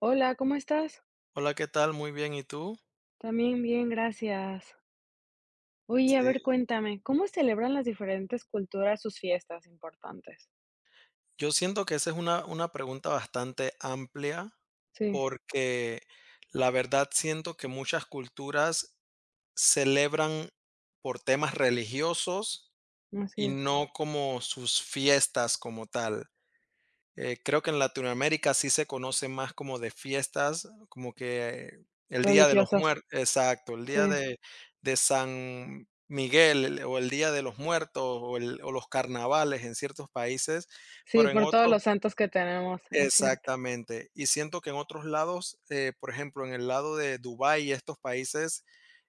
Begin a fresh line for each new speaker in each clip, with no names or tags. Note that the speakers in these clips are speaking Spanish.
Hola, ¿cómo estás?
Hola, ¿qué tal? Muy bien, ¿y tú?
También bien, gracias. Oye, a ver,
Sí.
cuéntame, ¿cómo celebran las diferentes culturas sus fiestas importantes?
Yo siento que esa es una pregunta bastante amplia,
Sí,
porque la verdad siento que muchas culturas celebran por temas religiosos
así
y
es.
no como sus fiestas como tal. Creo que en Latinoamérica sí se conoce más como de fiestas, como que el Día de los
Religiosas,
Muertos, exacto, el Día
sí.
de, de San Miguel, o el Día de los Muertos, o, o los carnavales en ciertos países,
Sí,
pero en
por todos
otros,
los santos que tenemos, es cierto.
exactamente. Y siento que en otros lados, por ejemplo, en el lado de Dubái y estos países,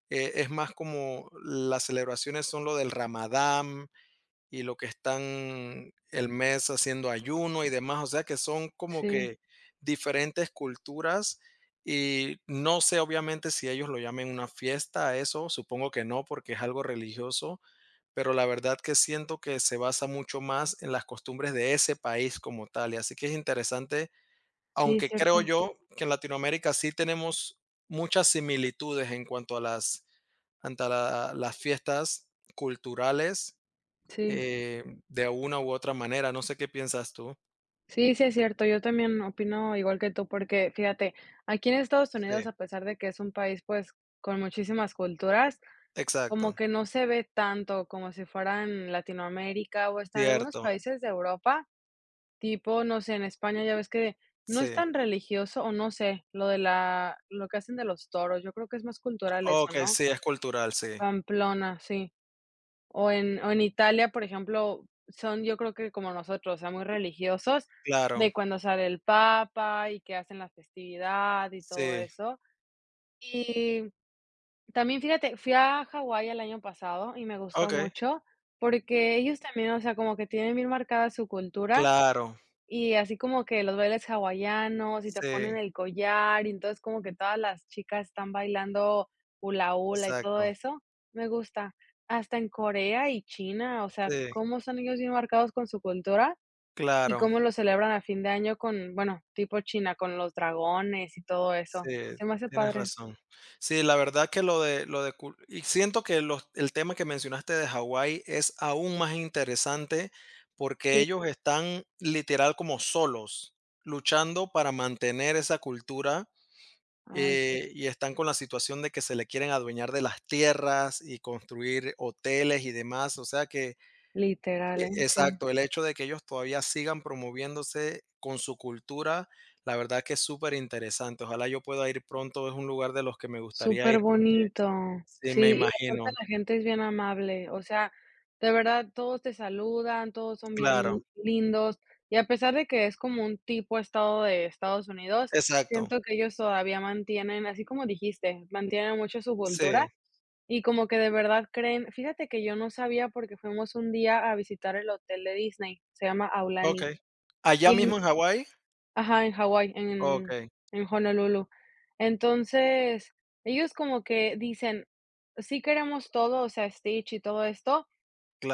es más como las celebraciones son lo del Ramadán, y lo que están el mes haciendo ayuno y demás, o sea que son como
Sí,
que diferentes culturas, y no sé obviamente si ellos lo llamen una fiesta a eso, supongo que no porque es algo religioso, pero la verdad que siento que se basa mucho más en las costumbres de ese país como tal, y así que es interesante,
sí, es
aunque creo
cierto.
yo que en Latinoamérica sí tenemos muchas similitudes en cuanto a las fiestas culturales,
Sí,
eh, de una u otra manera, no sé qué piensas tú.
sí, sí, es cierto. Yo también opino igual que tú, porque fíjate, aquí en Estados Unidos,
Sí,
a pesar de que es un país, pues, con muchísimas culturas, como
exacto,
que no se ve tanto como si fuera en Latinoamérica o hasta en algunos
cierto,
países de Europa. Tipo, no sé, en España ya ves que no es
sí.
tan religioso, o no sé, lo que hacen de los toros, yo creo que es más cultural eso,
Okey,
¿no?
sí, es cultural, sí,
Pamplona, sí. O en Italia, por ejemplo, son yo creo que como nosotros, o sea, muy religiosos
claro,
de cuando sale el papa y que hacen la festividad y todo
sí,
eso. Y también, fíjate, fui a Hawái el año pasado y me gustó
okey,
mucho porque ellos también, o sea, como que tienen bien marcada su cultura.
claro,
Y así como que los bailes hawaianos y te ponen
sí,
el collar, y entonces como que todas las chicas están bailando hula hula y todo
exacto,
eso, me gusta. Hasta en Corea y China, o sea,
sí,
cómo son ellos bien marcados con su cultura y
claro,
cómo lo celebran a fin de año con, bueno, tipo China, con los dragones y todo eso.
sí,
Se me hace
tienes
padre.
razón. Sí, la verdad que lo de cul y siento que los el tema que mencionaste de Hawái es aún más interesante, porque
Sí.
ellos están literal como solos, luchando para mantener esa cultura,
Ay, sí.
y están con la situación de que se le quieren adueñar de las tierras y construir hoteles y demás. O sea que,
Literal, ¿eh? Sí.
exacto, el hecho de que ellos todavía sigan promoviéndose con su cultura, la verdad que es súper interesante. Ojalá yo pueda ir pronto, es un lugar de los que me gustaría
Súper
ir, porque
bonito.
sí, me
Sí, y aparte
imagino.
la gente es bien amable, o sea, de verdad todos te saludan, todos son bien
Claro,
lindos, y a pesar de que es como un tipo estado de Estados Unidos,
exacto.
siento que ellos todavía mantienen, así como dijiste, mantienen mucho su cultura
Sí,
y como que de verdad creen. Fíjate que yo no sabía porque fuimos un día a visitar el hotel de Disney, se llama
ok.
Aulani,
Allá
y
mismo en Hawái,
ajá, en Hawái, en
ok,
en Honolulu. Entonces, ellos como que dicen: "Sí queremos todo", o sea, Stitch y todo esto,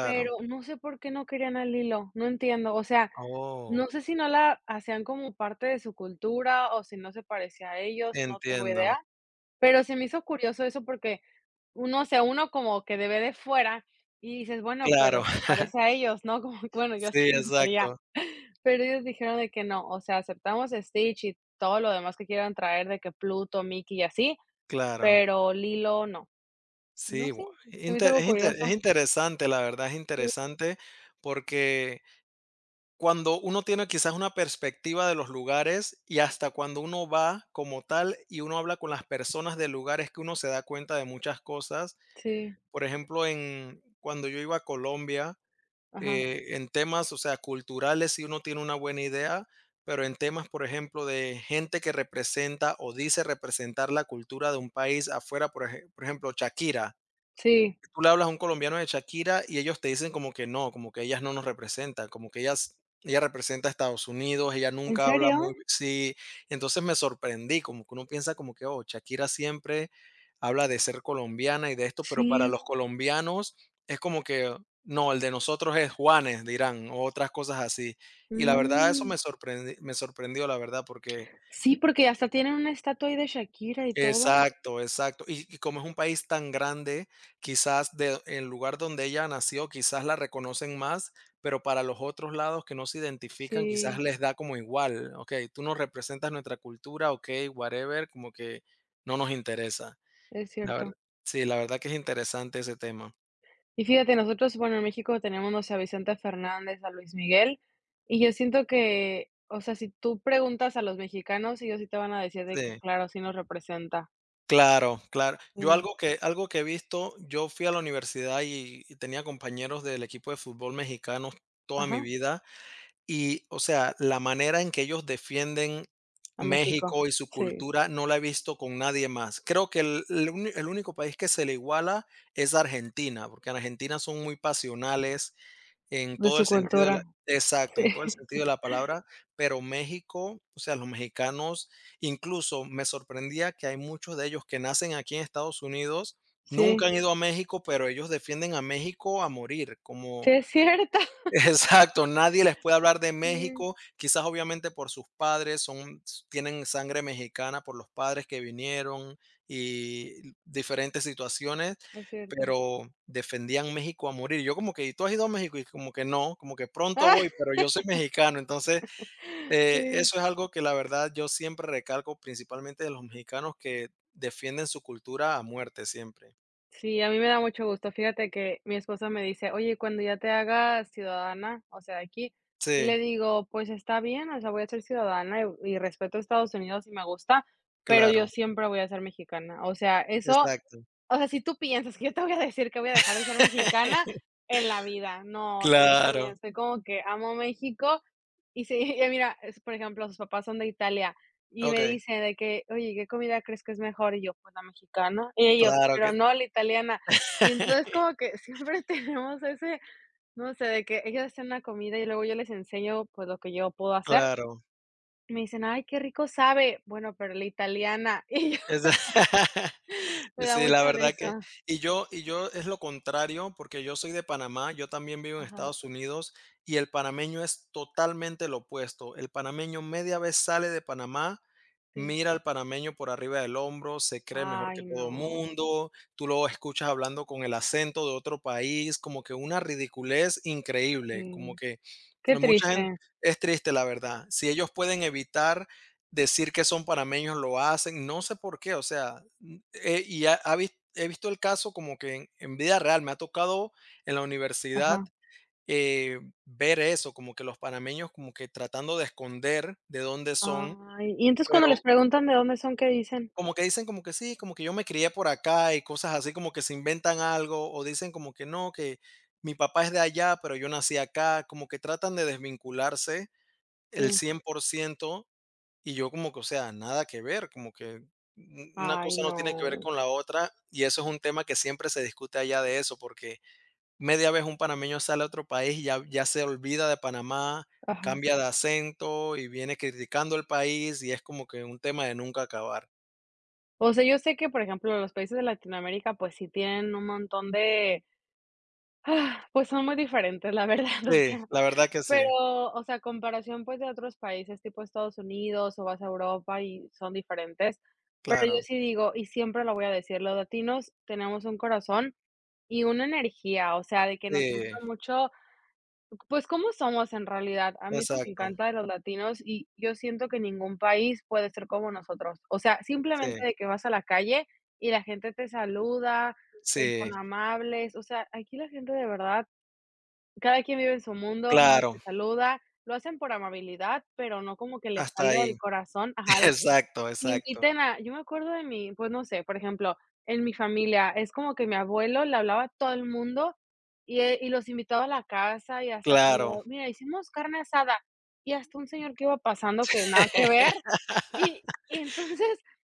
pero no sé por qué no querían a Lilo, no entiendo. O sea,
Oh,
no sé si no la hacían como parte de su cultura o si no se parecía a ellos, no tengo
entiendo.
idea, pero se me hizo curioso eso porque uno, o sea, uno como que debe de fuera y dices: "Bueno, pero
Claro,
se parece a ellos", ¿no? Como que, bueno, yo así
sí,
pensaría.
exacto,
Pero ellos dijeron de que no, o sea, aceptamos a Stitch y todo lo demás que quieran traer, de que Pluto, Mickey y así,
claro.
pero Lilo no.
Sí,
No sé,
gua
se me hizo algo
inte es
curioso.
interesante, la verdad es
Sí.
interesante, porque cuando uno tiene quizás una perspectiva de los lugares y hasta cuando uno va como tal y uno habla con las personas del lugares, que uno se da cuenta de muchas cosas.
Sí,
Por ejemplo, en cuando yo iba a Colombia,
ajá.
en temas, o sea, culturales, sí uno tiene una buena idea, pero en temas, por ejemplo, de gente que representa o dice representar la cultura de un país afuera, por ejemplo, Shakira,
Sí.
tú le hablas a un colombiano de Shakira y ellos te dicen como que no, como que ellas no nos representan, como que ella representa a Estados Unidos, ella
¿En
nunca habla muy
serio?
sí, entonces me sorprendí, como que uno piensa como que oh, Shakira siempre habla de ser colombiana y de esto, pero para
Sí.
los colombianos es como que no, el de nosotros es Juanes, dirán, o otras cosas así. Y la verdad, eso
Mm.
me sorprendió, la verdad, porque
Sí, porque hasta tienen una estatua ahí de Shakira y todo.
exacto, exacto. Y como es un país tan grande, quizás de el lugar donde ella nació, quizás la reconocen más, pero para los otros lados que no se identifican, quizás
Sí,
les da como igual. Okey, tú no representas nuestra cultura, okey, whatever, como que no nos interesa.
es
La ver,
cierto.
sí, la verdad que es interesante ese tema.
Y fíjate, nosotros, bueno, en México tenemos, no sé, a Vicente Fernández, a Luis Miguel, y yo siento que, o sea, si tú preguntas a los mexicanos, ellos sí te van a decir de que,
Sí.
claro, sí nos representa.
Claro, claro. Yo
Mm,
algo que he visto, yo fui a la universidad y tenía compañeros del equipo de fútbol mexicanos toda mi
ajá,
vida. Y, o sea, la manera en que ellos defienden
a México.
México y su
Sí,
cultura no la he visto con nadie más. Creo que el único país que se le iguala es Argentina, porque en Argentina son muy pasionales en
de
todo
su
el sentido de la
cultura.
exacto,
Sí.
en todo el sentido de la palabra, pero México, o sea, los mexicanos, incluso me sorprendía que hay muchos de ellos que nacen aquí en Estados Unidos,
Sí,
nunca han ido a México, pero ellos defienden a México a morir,
sí
como
es cierto.
exacto, nadie les puede hablar de
Sí,
México, quizás obviamente por sus padres, son, tienen sangre mexicana por los padres que vinieron y diferentes situaciones,
es cierto.
pero defendían México a morir. Yo como que, ¿y tú has ido a México? Y como que no, como que pronto voy, pero yo soy mexicano. Entonces,
Sí.
eso es algo que la verdad yo siempre recalco, principalmente de los mexicanos que defienden su cultura a muerte siempre.
Sí, a mí me da mucho gusto. Fíjate que mi esposa me dice: "Oye, cuando ya te hagas ciudadana, o sea, de aquí", y le
Sí,
digo: "Pues está bien, o sea, voy a ser ciudadana y respeto a Estados Unidos y me gusta, pero yo
claro,
siempre voy a ser mexicana". O sea, eso,
exacto.
o sea, si tú piensas que yo te voy a decir que voy a dejar de ser mexicana, en la vida, no, o sea, yo también
Claro,
soy como que amo México y sí, y mira, es, por ejemplo, sus papás son de Italia y
ok.
me dicen de que: "Oye, ¿qué comida crees que es mejor?" Y yo: "Pues la mexicana", y ellos:
Claro que
"Pero no, la italiana". Y entonces como que siempre tenemos ese, no sé, de que ellos hacen una comida y luego yo les enseño, pues, lo que yo puedo hacer.
claro.
Y me dicen: "Ay, qué rico sabe". Bueno, pero la italiana y yo
Esa
me da
Sí, la
mucha
verdad que
risa.
y yo es lo contrario, porque yo soy de Panamá, yo también vivo en
Ajá,
Estados Unidos, y el panameño es totalmente lo opuesto. El panameño media vez sale de Panamá,
sí.
mira al panameño por arriba del hombro, se cree mejor que
Ay,
todo
no.
mundo, tú lo escuchas hablando con el acento de otro país, como que una ridiculez increíble, como
Mm,
que
qué
mucha gente
triste.
es triste, la verdad. Si ellos pueden evitar decir que son panameños lo hacen, no sé por qué, o sea, y he visto el caso como que en vida real, me ha tocado en la universidad,
Ajá.
ver eso, como que los panameños como que tratando de esconder de dónde son,
Ay, y entonces cuando les
pero
preguntan de dónde son, ¿qué dicen?
como que dicen como que sí, como que yo me crié por acá y cosas así, como que se inventan algo o dicen como que no, que mi papá es de allá, pero yo nací acá, como que tratan de desvincularse el
Sí.
100%, y yo como que, o sea, nada que ver, como que una
Ay,
cosa no tiene que ver
no.
con la otra, y eso es un tema que siempre se discute allá de eso, porque media vez un panameño sale a otro país y ya, ya se olvida de Panamá,
Ajá.
cambia de acento y viene criticando el país, y es como que un tema de nunca acabar.
O sea, yo sé que, por ejemplo, los países de Latinoamérica, pues sí tienen un montón de, pues son muy diferentes, la verdad, o
Sí,
sea,
la verdad que sí,
pero, o sea, comparación, pues, de otros países tipo Estados Unidos o vas a Europa y son diferentes, pero yo
claro.
sí digo, y siempre lo voy a decir, los latinos tenemos un corazón y una energía, o sea, de que nos gusta
Sí,
mucho. Pues, ¿cómo somos en realidad? A mí eso me
exacto.
encanta de los latinos y yo siento que ningún país puede ser como nosotros. O sea, simplemente
Sí,
de que vas a la calle y la gente te saluda,
sí,
son amables. O sea, aquí la gente de verdad, cada quien vive en su mundo, ni te
claro,
saluda, lo hacen por amabilidad, pero no como que les
hasta
salga
ahí.
del corazón. Ajá.
Exacto, exacto.
Inviten a yo me acuerdo de mi, pues, no sé, por ejemplo, en mi familia, es como que mi abuelo le hablaba a todo el mundo, y los invitaba a la casa, y hasta
Claro.
como: "Mira, hicimos carne asada", y hasta un señor que iba pasando que nada que ver, y y entonces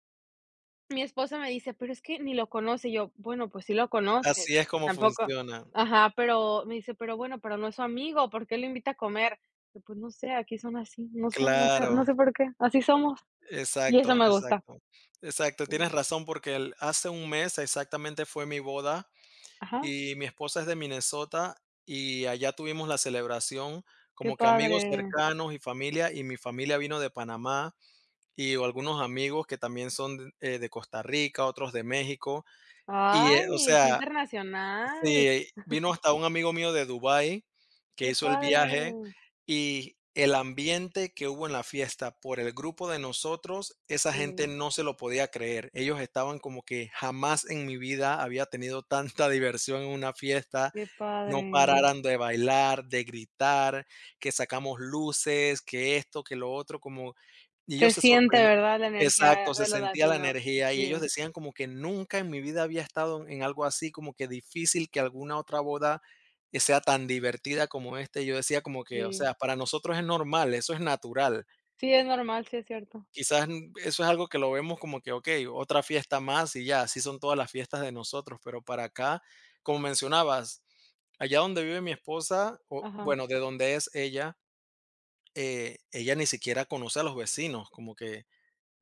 mi esposa me dice: "Pero es que ni lo conoce", y yo: "Bueno, pues sí lo conoce",
Así es como
tampoco
funciona.
ajá, pero me dice: "Pero bueno, pero no es su amigo, ¿por qué lo invita a comer?". Yo: "Pues no sé, aquí son así, no sé, no sé no
Claro.
sé por qué, así somos", y eso
Exacto,
me gusta.
exacto. Exacto, tienes razón, porque el hace un mes exactamente fue mi boda,
Ajá,
y mi esposa es de Minnesota y allá tuvimos la celebración,
qué
como que amigos
padre.
cercanos y familia, y mi familia vino de Panamá y algunos amigos que también son, de Costa Rica, otros de México. Y, o
Ay, qué
sea.
internacional,
Sí, vino hasta un amigo mío de Dubái que
qué
hizo el viaje,
padre.
y el ambiente que hubo en la fiesta por el grupo de nosotros, esa gente
Sí,
no se lo podía creer. Ellos estaban como que jamás en mi vida había tenido tanta diversión en una fiesta.
qué
No
padre.
pararan de bailar, de gritar, que sacamos luces, que esto, que lo otro, como y
Se
ellos se
siente,
sorpren
¿verdad? La energía
exacto, se
de los
sentía la
latinos.
energía, y
Sí,
ellos decían como que nunca en mi vida había estado en algo así, como que difícil que alguna otra boda, sea tan divertida como este. Yo decía como que, o
sí.
sea, para nosotros es normal, eso es natural.
Sí, es normal, sí es cierto.
Quizás, eso es algo que lo vemos como que, okey, otra fiesta más y ya, así son todas las fiestas de nosotros, pero para acá, como mencionabas, allá donde vive mi esposa, o
Ajá.
bueno, de donde es ella, ella ni siquiera conoce a los vecinos, como que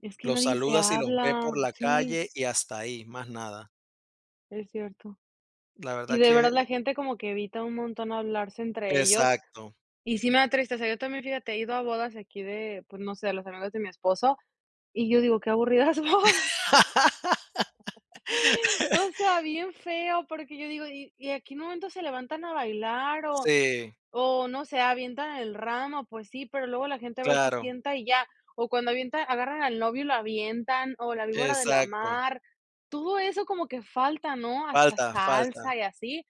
Es que
los
nadie se
saluda si los ve
habla.
por la
Sí,
calle y hasta ahí, más nada.
es cierto.
La
Y
verdad
de
que
verdad la gente como que evita un montón hablarse entre ellos.
exacto.
Y sí me da tristeza. Yo también, fíjate, he ido a bodas aquí de, pues no sé, de los amigos de mi esposo. Y yo digo, qué aburridas bodas. O sea, bien feo, porque yo digo, y aquí en qué momento se levantan a bailar?
Sí,
O no sé, avientan el ramo, pues sí, pero luego la gente va y se
claro,
sienta y ya. O cuando avientan, agarran al novio y lo avientan, o la víbora de la
exacto.
mar. Todo eso como que falta, ¿no? Hasta
Falta, falta,
salsa y así.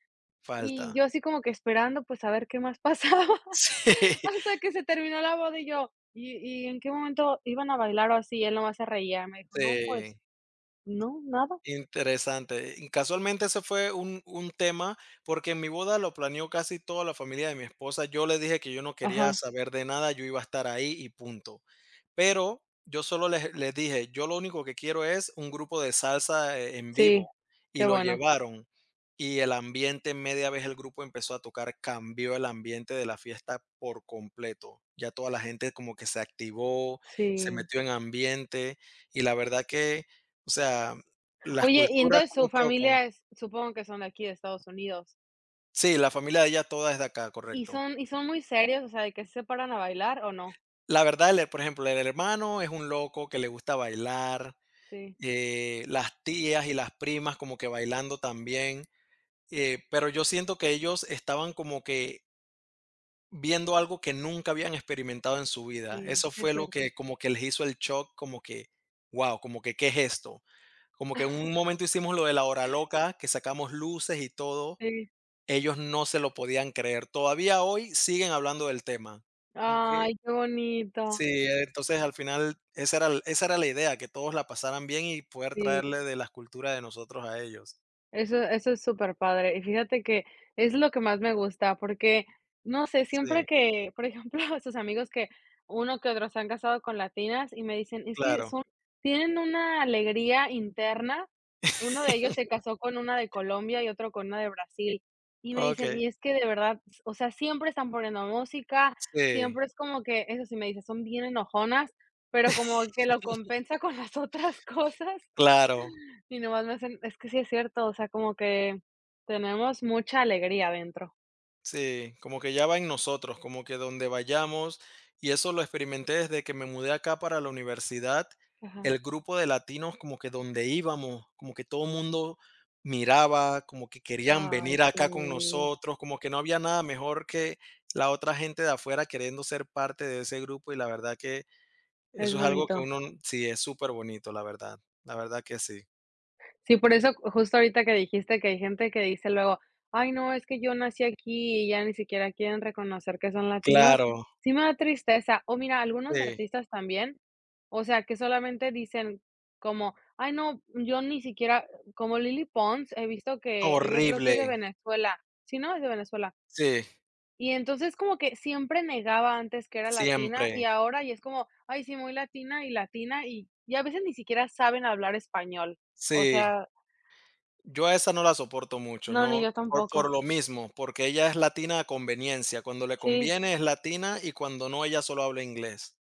Y
falta.
yo así como que esperando, pues a ver qué más pasaba.
Sí,
Hasta que se terminó la boda y yo, y en qué momento iban a bailar o así? Y él nomás se reía. Me dijo, no, pues
sí.
no, nada.
Interesante. Y casualmente ese fue un tema, porque en mi boda lo planeó casi toda la familia de mi esposa. Yo le dije que yo no quería
Ajá.
saber de nada, yo iba a estar ahí y punto. Pero yo solo les dije: "Yo lo único que quiero es un grupo de salsa, en
Sí,
vivo",
qué
y lo
bueno,
llevaron. Y el ambiente, media vez el grupo empezó a tocar, cambió el ambiente de la fiesta por completo. Ya toda la gente como que se activó, se
sí.
metió en ambiente, y la verdad que, o sea, las
Oye, y
culturas
entonces su
como chocan.
familia es supongo que son de aquí de Estados Unidos,
Sí, la familia de ella toda es de acá,
¿y
correcto.
son y son muy serios, o sea, de que se paran a bailar o no?
La verdad, el por ejemplo, el hermano es un loco que le gusta bailar,
Sí,
las tías y las primas como que bailando también, pero yo siento que ellos estaban como que viendo algo que nunca habían experimentado en su vida.
sí,
Eso
sí es
fue lo
cierto.
que como que les hizo el shock, como que wow, como que, ¿qué es esto? Como que en un momento hicimos lo de la hora loca, que sacamos luces y todo,
Sí.
ellos no se lo podían creer. Todavía hoy siguen hablando del tema. Como
Ay,
que
qué bonito.
sí, entonces al final esa era la idea, que todos la pasaran bien y poder
Sí.
traerle de las culturas de nosotros a ellos.
Eso es súper padre. Y fíjate que es lo que más me gusta, porque, no sé, siempre
Sí,
que, por ejemplo, esos amigos que uno que otro se han casado con latinas y me dicen: "Es que
claro.
son tienen una alegría interna". Uno de ellos se casó con una de Colombia y otro con una de Brasil. Y me dicen: "Y
Okey,
es que de verdad, s o sea, siempre están poniendo música,
sí,
siempre es como que", eso sí me dice: "Son bien enojonas", pero como que lo compensa con las otras cosas
claro.
y nomás me hacen es que sí es cierto, o sea, como que tenemos mucha alegría dentro.
Sí, como que ya va en nosotros, como que donde vayamos, y eso lo experimenté desde que me mudé acá para la universidad,
Ajá.
el grupo de latinos como que donde íbamos, como que todo el mundo miraba, como que querían
Ay,
venir acá con
sí,
nosotros, como que no había nada mejor que la otra gente de afuera queriendo ser parte de ese grupo, y la verdad que
es
eso es algo que
bonito.
uno, sí, es súper bonito, la verdad que sí.
Sí, por eso justo ahorita que dijiste que hay gente que dice luego: "Ay, no, es que yo nací aquí", y ya ni siquiera quieren reconocer que son latinos.
Claro,
Sí me da tristeza. O mira, algunos
sí,
artistas también, o sea, que solamente dicen como: "Ay, no, yo ni siquiera", como Lily Pons, he visto que ella creo que es
horrible,
de Venezuela. Sí, ¿no? Es de Venezuela.
sí,
Y entonces como que siempre negaba antes que era latina y
siempre,
ahora y es como, ay, sí, muy latina y latina y a veces ni siquiera saben hablar español. O
sí.
sea,
Yo a esa no la soporto mucho,
no, ni
no,
yo
por
tampoco.
lo mismo, porque ella es latina a conveniencia, cuando le
Sí,
conviene es latina y cuando no, ella solo habla inglés.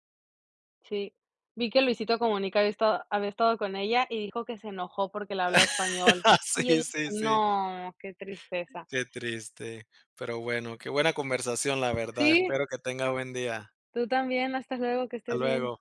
sí. Vi que Luisito Comunica había estado con ella y dijo que se enojó porque le hablaba español. Y yo
Sí,
dije:
sí, sí,
"No, qué tristeza".
qué triste, pero bueno, qué buena conversación, la verdad,
Sí,
espero que tengas buen día.
tú también, hasta luego, que
Hasta
estés bien.
luego.